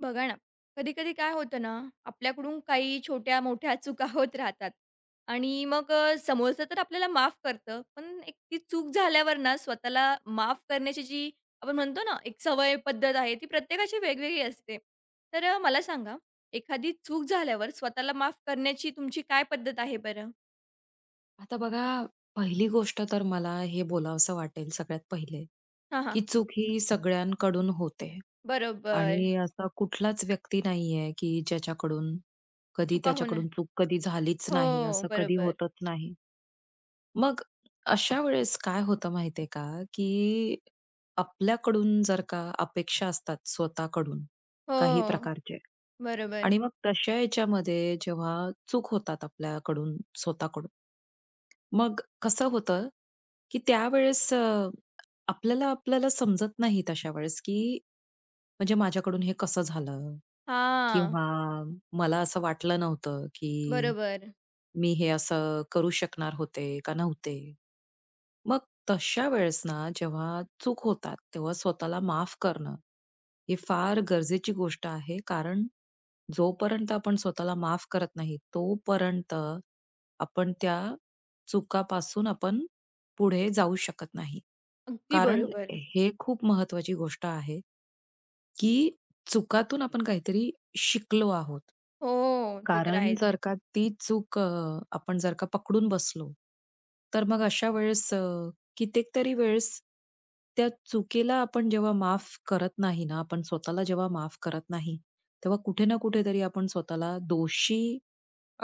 बघा ना, कधी-कधी काय होतं ना, आपल्याकडून काही छोट्या-मोठ्या चुका होत राहतात आणि मग समोरचं तर आपल्याला माफ करतं. पण एक ती चूक झाल्यावर ना, स्वतःला माफ करण्याची जी आपण म्हणतो ना, एक सवय पद्धत आहे, ती प्रत्येकाची वेगवेगळी असते. तर मला सांगा, एखादी चूक झाल्यावर स्वतःला माफ करण्याची तुमची काय पद्धत आहे बरं? आता बघा, पहिली गोष्ट तर मला हे बोलावसं वाटेल सगळ्यात पहिले, हां, की हां. चूक ही सगळ्यांकडून होते. बरोबर. आणि असा कुठलाच व्यक्ती नाहीये, की ज्याच्याकडून कधी चुका होणार. त्याच्याकडून चूक कधी झालीच नाही, हो, असं कधी बरोबर. होतच नाही. मग अशा वेळेस काय होतं माहितीये का, की आपल्याकडून जर का अपेक्षा असतात स्वतःकडून हो, काही प्रकारचे बरोबर. आणि मग तशा याच्यामध्ये जेव्हा चूक होतात आपल्याकडून स्वतःकडून, मग कसं होतं, की त्यावेळेस आपल्याला आपल्याला समजत नाही तशा वेळेस, की म्हणजे माझ्याकडून हे कसं झालं? हां, किंवा मला असं वाटलं नव्हतं, की बरोबर. मी हे असं करू शकणार होते का नव्हते. मग तशा वेळेस ना, जेव्हा चूक होतात, तेव्हा स्वतःला माफ करणं, ही फार गरजेची गोष्ट आहे. कारण जोपर्यंत आपण स्वतःला माफ करत नाही, तोपर्यंत आपण त्या चुकापासून आपण पुढे जाऊ शकत नाही. अगदी कारण बरोबर. हे खूप महत्वाची गोष्ट आहे, की चुकातून आपण काहीतरी शिकलो आहोत. हो, ते तर कारण आहेच. जर का ती चूक आपण जर का पकडून बसलो, तर मग अशा वेळेस कित्येकतरी वेळेस त्या चुकीला आपण जेव्हा माफ करत नाही ना, आपण स्वतःला जेव्हा माफ करत नाही, तेव्हा कुठे ना कुठेतरी आपण स्वतःला दोषी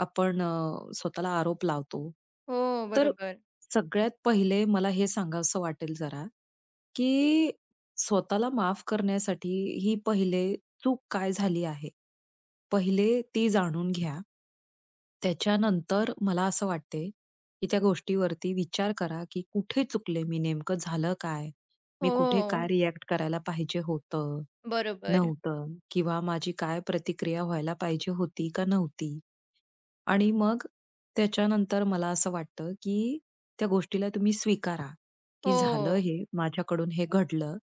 आपण स्वतःला आरोप लावतो. हो, तर बरोबर. सगळ्यात पहिले मला हे सांगावसं वाटेल जरा, की स्वतःला माफ करण्यासाठी ही पहिले चूक काय झाली आहे, पहिले ती जाणून घ्या. त्याच्यानंतर मला असं वाटते, की त्या गोष्टीवरती विचार करा, की कुठे चुकले मी? नेमकं झालं काय? हो, मी कुठे काय हो, रिएक्ट करायला पाहिजे होतं, बरोबर. नव्हतं? किंवा माझी काय प्रतिक्रिया व्हायला पाहिजे होती का नव्हती? आणि मग त्याच्यानंतर मला असं वाटतं, की त्या गोष्टीला तुम्ही स्वीकारा, की झालं हो, हे, माझ्याकडून हे घडलं.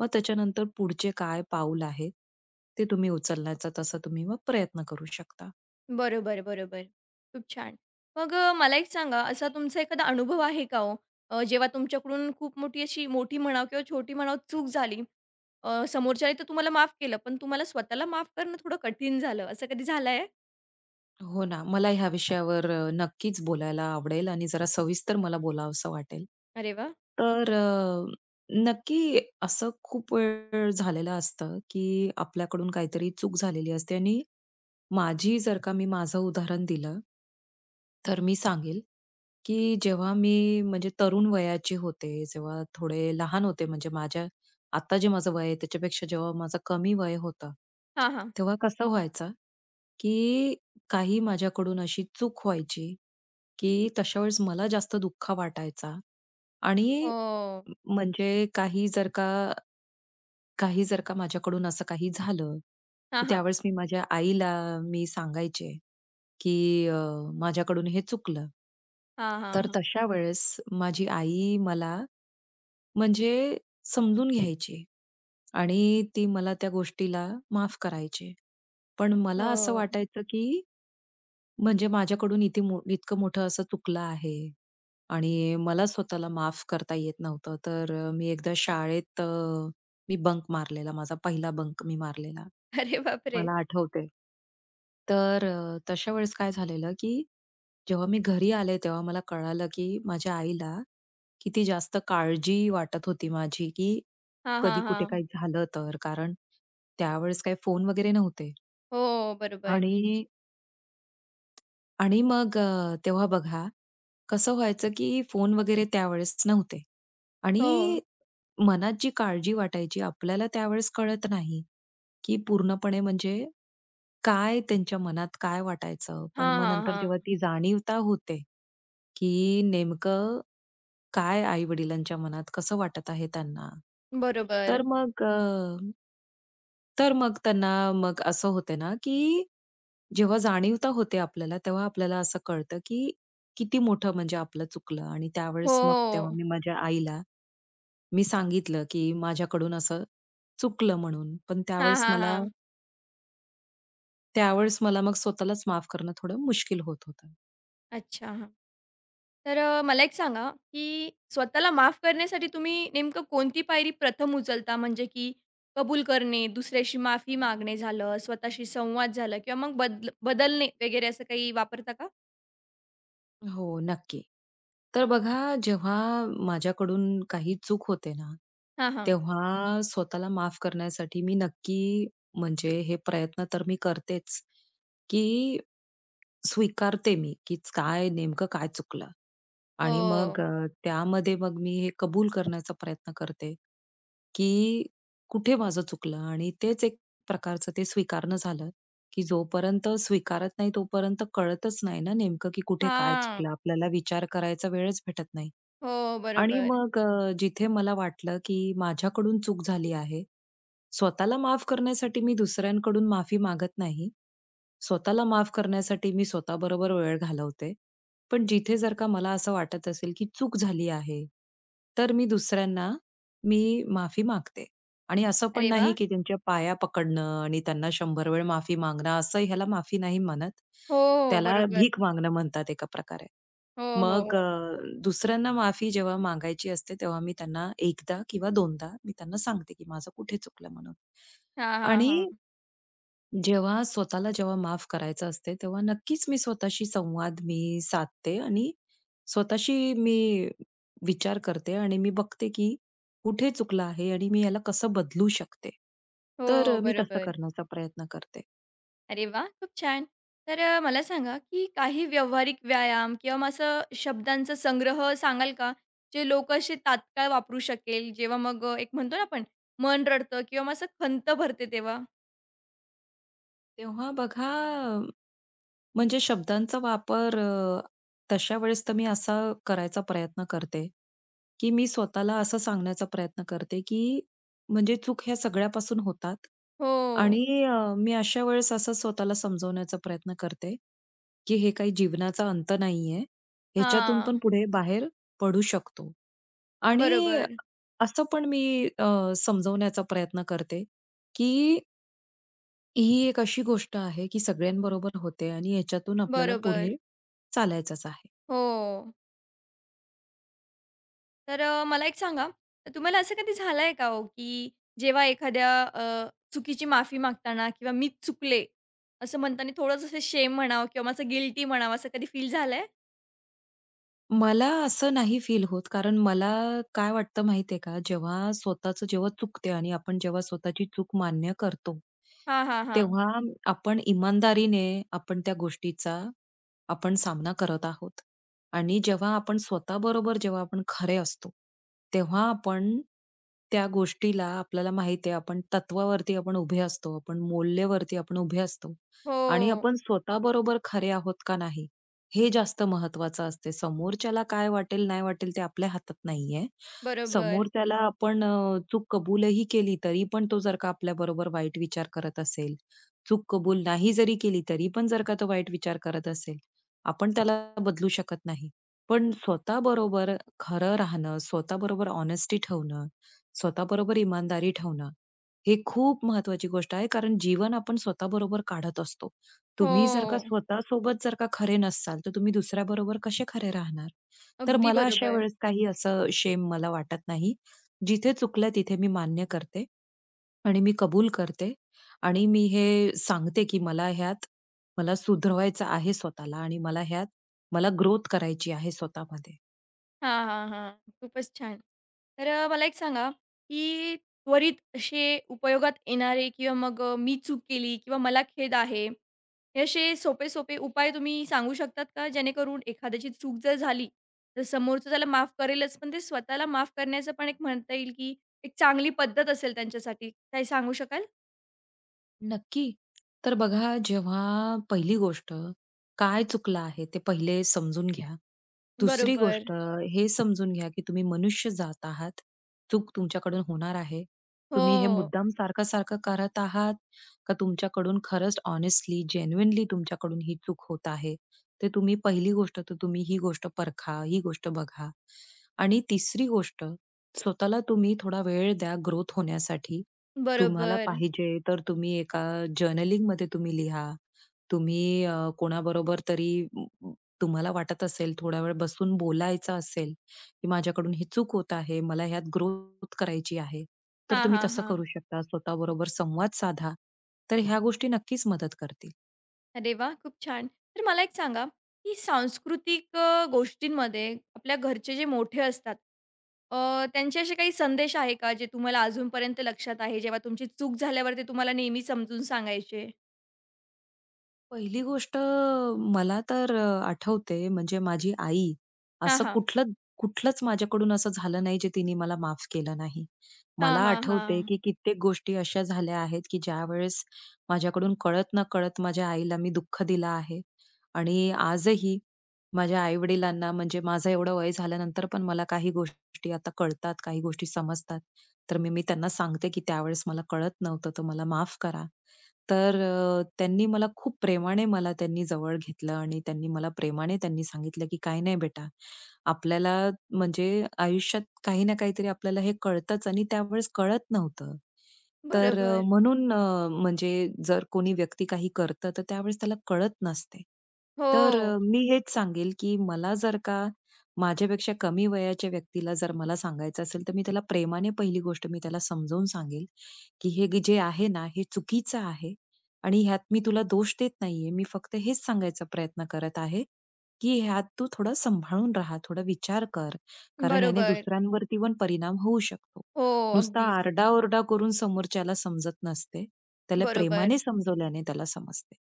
मग त्याच्यानंतर पुढचे काय पाऊल आहे, ते तुम्ही उचलण्याचा तसा तुम्ही मग प्रयत्न करू शकता. बरोबर, बरोबर. खूप छान. मग मला एक सांगा, असा तुमचा एखादा अनुभव आहे का हो? जेव्हा तुमच्याकडून खूप मोठी अशी मोठी म्हणावं किंवा छोटी म्हणावं चूक झाली. समोरच्याने तर तुम्हाला माफ केलं, पण तुम्हाला स्वतःला माफ करणं थोडं कठीण झालं. असं कधी झालंय? हो ना, मला ह्या विषयावर नक्कीच बोलायला आवडेल आणि जरा सविस्तर मला बोलावसं वाटेल. अरे वाह! तर अ, नक्की असं खूप वेळ झालेलं असतं, की आपल्याकडून काहीतरी चूक झालेली असते आणि माझी जर का मी माझं उदाहरण दिलं, तर मी सांगेल, की जेव्हा मी म्हणजे तरुण वयाचे होते, जेव्हा थोडे लहान होते म्हणजे माझ्या आता जे माझं वय आहे त्याच्यापेक्षा जेव्हा माझं कमी वय होतं, हां, हां. तेव्हा कसं व्हायचं, की काही माझ्याकडून अशी चूक व्हायची, की तशा वेळेस मला जास्त दुःख वाटायचा आणि हो. म्हणजे काही जर का माझ्याकडून असं काही झालं, हां, की हां. त्यावेळेस मी माझ्या आईला मी सांगायचे. की अ, माझ्याकडून हे चुकलं. हां, हां, तर हां. तशा वेळेस माझी आई मला म्हणजे समजून घ्यायची आणि ती मला त्या गोष्टीला माफ करायची. पण मला असं हो. वाटायचं की म्हणजे माझ्याकडून इथे इतकं मोठं असं चुकलं आहे आणि मला स्वतःला माफ करता येत नव्हतं. मी एकदा शाळेत मी बंक मारलेला. माझा पहिला बंक मी मारलेला. अरे बापरे! मला आठवतंय. तशा वेळेस काय झालेलं की जेव्हा मी घरी आले तेव्हा मला कळालं, की माझ्या आईला किती जास्त काळजी वाटत होती माझी, की हां, कधी हां, कुठे हां. काही झालं तर. कारण त्यावेळेस काही फोन वगैरे नव्हते. हो, बरोबर. आणि आणि मग अ, तेव्हा बघा कसं व्हायचं, की फोन वगैरे त्यावेळेस नव्हते. हो. आणि मनात जी काळजी वाटायची आपल्याला त्यावेळेस कळत नाही, की पूर्णपणे म्हणजे काय त्यांच्या मनात काय वाटायचं. पण हां, मग हां, नंतर जेव्हा हां. ती जाणीवता होते, की नेमकं काय आई-वडिलांच्या मनात कसं वाटत आहे त्यांना. बरोबर. तर मग अ, तर मग त्यांना मग असं होते ना, की जेव्हा जाणीव तर होते आपल्याला, तेव्हा आपल्याला असं कळतं, की किती मोठं म्हणजे आपलं चुकलं आणि त्यावेळेस मग तेव्हा हो. मी माझ्या आईला मी सांगितलं, की माझ्याकडून असं चुकलं म्हणून. पण हां, त्यावेळेस हां, मला हां. त्यावेळेस मला मग स्वतःलाच माफ करणं थोडं मुश्किल होत होतं. अच्छा, हां. तर मला एक सांगा, की स्वतःला माफ करण्यासाठी तुम्ही नेमकं कोणती पायरी प्रथम उचलता? म्हणजे की कबूल करणे, दुसऱ्याशी माफी मागणे झालं, स्वतःशी संवाद झाला किंवा मग बदलणे वगैरे असं काही वापरता का? हो, नक्की. तर बघा, जेव्हा माझ्याकडून काही चूक होते ना, हां, हां. तेव्हा स्वतःला माफ करण्यासाठी मी नक्की म्हणजे हे प्रयत्न तर मी करतेच, की स्वीकारते मी, की काय नेमकं काय चुकलं. आणि मग हो. अ, त्यामध्ये मग मी हे कबूल करण्याचा प्रयत्न करते, की कुठे माझं चुकलं आणि तेच एक प्रकारचं ते स्वीकारणं झालं, की जोपर्यंत स्वीकारत नाही तोपर्यंत कळतच नाही ना नेमकं, की कुठे काय हां. चुकलं. आपल्याला विचार करायचा वेळच भेटत नाही. हो, आणि बरोबर. मग अ, जिथे मला वाटलं की माझ्याकडून चूक झाली आहे, स्वतःला माफ करण्यासाठी मी दुसऱ्यांकडून माफी मागत नाही. स्वतःला माफ करण्यासाठी मी स्वतःबरोबर वेळ घालवते. पण जिथे जर का मला असं वाटत असेल की चूक झाली आहे, तर मी दुसऱ्यांना मी माफी मागते. आणि असं पण अरे नाही वाह! की त्यांच्या पाया पकडणं आणि त्यांना 100 वेळ माफी मागणं, असं ह्याला माफी नाही म्हणत. हो, त्याला बरोबर. भीक मागणं म्हणतात एका प्रकारे. हो, हो, मग अ, हो. दुसऱ्यांना माफी जेव्हा मागायची असते, तेव्हा मी त्यांना एकदा किंवा दोनदा मी त्यांना सांगते, की माझं कुठे चुकलं म्हणून. हां, हां, आणि हां. जेव्हा स्वतःला जेव्हा माफ करायचं असते, तेव्हा नक्कीच मी स्वतःशी संवाद मी साधते आणि स्वतःशी मी विचार करते आणि मी बघते, की कुठे चुकलं आहे आणि मी याला कसं बदलू शकते. हो, तर मी तसं बरोबर. करण्याचा प्रयत्न करते. अरे वा, खूप छान. तर मला सांगा, की काही व्यावहारिक व्यायाम किंवा मग असं शब्दांचा संग्रह सांगाल का? जे लोकं असे तात्काळ वापरू शकेल, जेव्हा मग एक म्हणतो ना आपण, मन रडतं किंवा मग असं खंत भरते तेव्हा? तेव्हा बघा म्हणजे शब्दांचा वापर तशा वेळेस तर मी असा करायचा प्रयत्न करते, की मी स्वतःला असं सांगण्याचा प्रयत्न करते, की म्हणजे चूक ह्या सगळ्यापासून होतात हो. आणि मी अशा वेळेस असं स्वतःला समजवण्याचा प्रयत्न करते, की हे काही जीवनाचा अंत नाहीये. ह्याच्यातून हा, पण पुढे बाहेर पडू शकतो आणि बरोबर, असं पण मी समजवण्याचा प्रयत्न करते, की ही एक अशी गोष्ट आहे, की सगळ्यांबरोबर होते आणि याच्यातून आपल्याला बरोबर. पुढे चालायचंच आहे. हो. तर मला एक सांगा, तुम्हाला असं कधी झालंय का हो, की जेव्हा एखाद्या चुकीची माफी मागताना किंवा "मी चुकले" असं म्हणताना थोडंसं असं शेम म्हणावं किंवा मग असं गिल्टी म्हणावं, असं कधी फील झालंय? मला असं नाही फील होत, कारण मला काय वाटतं माहितीये का, जेव्हा स्वतःचं जेव्हा चुकते आणि आपण जेव्हा स्वतःची चूक मान्य करतो, हां, हां, हां. तेव्हा आपण इमानदारीने आपण त्या गोष्टीचा आपण सामना करत आहोत. आणि जेव्हा आपण स्वतःबरोबर जेव्हा आपण खरे असतो, तेव्हा आपण त्या गोष्टीला आपल्याला माहिती आहे, आपण तत्वावरती आपण उभे असतो, आपण मौल्यवरती आपण उभे असतो आणि हो, आपण स्वतःबरोबर खरे आहोत का नाही हे जास्त महत्वाचं असते. समोरच्याला काय वाटेल, नाही वाटेल ते आपल्या हातात नाहीये. बरोबर. समोरच्याला आपण चूक कबूलही केली तरी पण तो जर का आपल्याबरोबर वाईट विचार करत असेल, चूक कबूल नाही जरी केली तरी पण जर का तो वाईट विचार करत असेल, आपण त्याला बदलू शकत नाही. पण स्वतःबरोबर खरं राहणं, स्वतःबरोबर ऑनेस्टी ठेवणं, स्वतःबरोबर इमानदारी ठेवणं, हे खूप महत्वाची गोष्ट आहे. कारण जीवन आपण स्वतःबरोबर काढत असतो. तुम्ही जर का हो, स्वतः सोबत जर का खरे नसाल, तर तुम्ही दुसऱ्याबरोबर कसे खरे राहणार? तर अगदी मला अशा बरोबर. वेळेस काही असं शेम मला वाटत नाही. जिथे चुकलं तिथे मी मान्य करते आणि मी कबूल करते आणि मी हे सांगते, की मला ह्यात सुधरवायचं आहे स्वतःला आणि मला ह्यात ग्रोथ करायची आहे स्वतःमध्ये. हां, हां, हां. खूपच छान. तर मला एक सांगा, की त्वरित असे उपयोगात येणारे किंवा मग मी चूक केली किंवा मला खेद आहे, हे असे सोपे-सोपे उपाय तुम्ही सांगू शकतात का? जेणेकरून एखाद्याची चूक जर झाली, तर समोरचं त्याला माफ करेलच, पण ते स्वतःला माफ करण्याचं पण एक म्हणता येईल, की एक चांगली पद्धत असेल त्यांच्यासाठी. काही सांगू शकाल? नक्की. तर बघा, जेव्हा पहिली गोष्ट काय चुकलं आहे ते पहिले समजून घ्या. दुसरी बरोबर. गोष्ट हे समजून घ्या, की तुम्ही मनुष्य जात आहात. चूक तुमच्याकडून होणार आहे. तुम्ही हे हो, मुद्दाम सारखं-सारखं करत आहात, का तुमच्याकडून खरंच हॉनेस्टली, जेन्युइनली तुमच्याकडून ही चूक होत आहे. ते तुम्ही पहिली गोष्ट तर तुम्ही ही गोष्ट परखा, ही गोष्ट बघा. आणि तिसरी गोष्ट स्वतःला तुम्ही थोडा वेळ द्या ग्रोथ होण्यासाठी. तुम्हाला बरोबर. पाहिजे तर तुम्ही एका जर्नलिंगमध्ये तुम्ही लिहा. तुम्ही अ, कोणाबरोबर तरी म, म, तुम्हाला वाटत असेल थोडा वेळ बसून बोलायचं असेल, की माझ्याकडून ही चूक होत आहे, मला ह्यात ग्रोथ करायची आहे. तर हां, तुम्ही हां, तसं हां. करू शकता. स्वतःबरोबर संवाद साधा. तर ह्या गोष्टी नक्कीच मदत करतील. अरे वा, खूप छान. तर मला एक सांगा, की सांस्कृतिक गोष्टींमध्ये आपल्या घरचे जे मोठे असतात, अ, त्यांचे असे काही संदेश आहे का, जे तुम्हाला अजूनपर्यंत लक्षात आहे, जेव्हा तुमची चूक झाल्यावर ते तुम्हाला नेहमी समजून सांगायचे? पहिली गोष्ट मला तर आठवते म्हणजे माझी आई. हां, असं हां. कुठलंच माझ्याकडून असं झालं नाही जे तिने मला माफ केलं नाही. हां, मला हां, आठवते, हां. की कित्येक गोष्टी अशा झाल्या आहेत, की ज्यावेळेस माझ्याकडून कळत-नकळत माझ्या आईला मी दुःख दिलं आहे. आणि आजही माझ्या आई-वडिलांना म्हणजे माझं एवढं वय झाल्यानंतर पण मला काही गोष्टी आता कळतात, काही गोष्टी समजतात. तर मी मी त्यांना सांगते, की त्यावेळेस मला कळत नव्हतं, तर मला माफ करा. त्यांनी मला खूप प्रेमाने मला त्यांनी जवळ घेतलं आणि त्यांनी मला प्रेमाने त्यांनी सांगितलं, की "काही नाही बेटा, आपल्याला म्हणजे आयुष्यात काही ना काहीतरी आपल्याला हे कळतंच" आणि त्यावेळेस कळत नव्हतं. तर अ, बरोबर. म्हणून अ, म्हणजे जर कोणी व्यक्ती काही करतं, तर त्यावेळेस त्याला कळत नसते. हो. मी हेच सांगेल, की मला जर का माझ्यापेक्षा कमी वयाच्या व्यक्तीला जर मला सांगायचं असेल, तर मी त्याला प्रेमाने पहिली गोष्ट मी त्याला समजावून सांगेल, की "हे जे आहे ना, हे चुकीचं आहे आणि ह्यात मी तुला दोष देत नाहीये. मी फक्त हेच सांगायचा प्रयत्न करत आहे, की ह्यात तू थोडं सांभाळून राहा, थोडा विचार कर. कारण याने बरोबर. दुसऱ्यांवरती पण परिणाम होऊ शकतो. हो, नुसता अगदीच. आरडा-ओरडा करून समोरच्याला समजत नसते. त्याला प्रेमाने बरोबर. समजवल्याने त्याला समजते.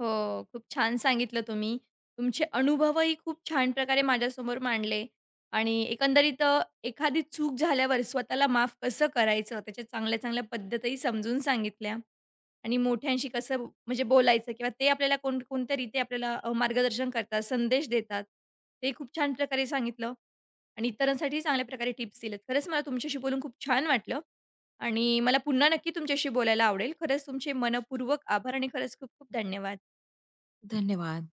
हो, खूप छान सांगितलं तुम्ही. तुमचे अनुभवही खूप छान प्रकारे माझ्यासमोर मांडले आणि एकंदरीत एखादी चूक झाल्यावर स्वतःला माफ कसं करायचं, त्याच्या चांगल्या-चांगल्या पद्धतीही समजून सांगितल्या आणि मोठ्यांशी कसं म्हणजे बोलायचं किंवा ते आपल्याला कोण कोणत्या रीती आपल्याला मार्गदर्शन करतात, संदेश देतात. ते खूप छान प्रकारे सांगितलं आणि इतरांसाठीही चांगल्या प्रकारे टिप्स दिल्यात. खरंच मला तुमच्याशी बोलून खूप छान वाटलं आणि मला पुन्हा नक्की तुमच्याशी बोलायला आवडेल. खरंच तुमचे मनःपूर्वक आभार आणि खरंच खूप-खूप धन्यवाद. धन्यवाद.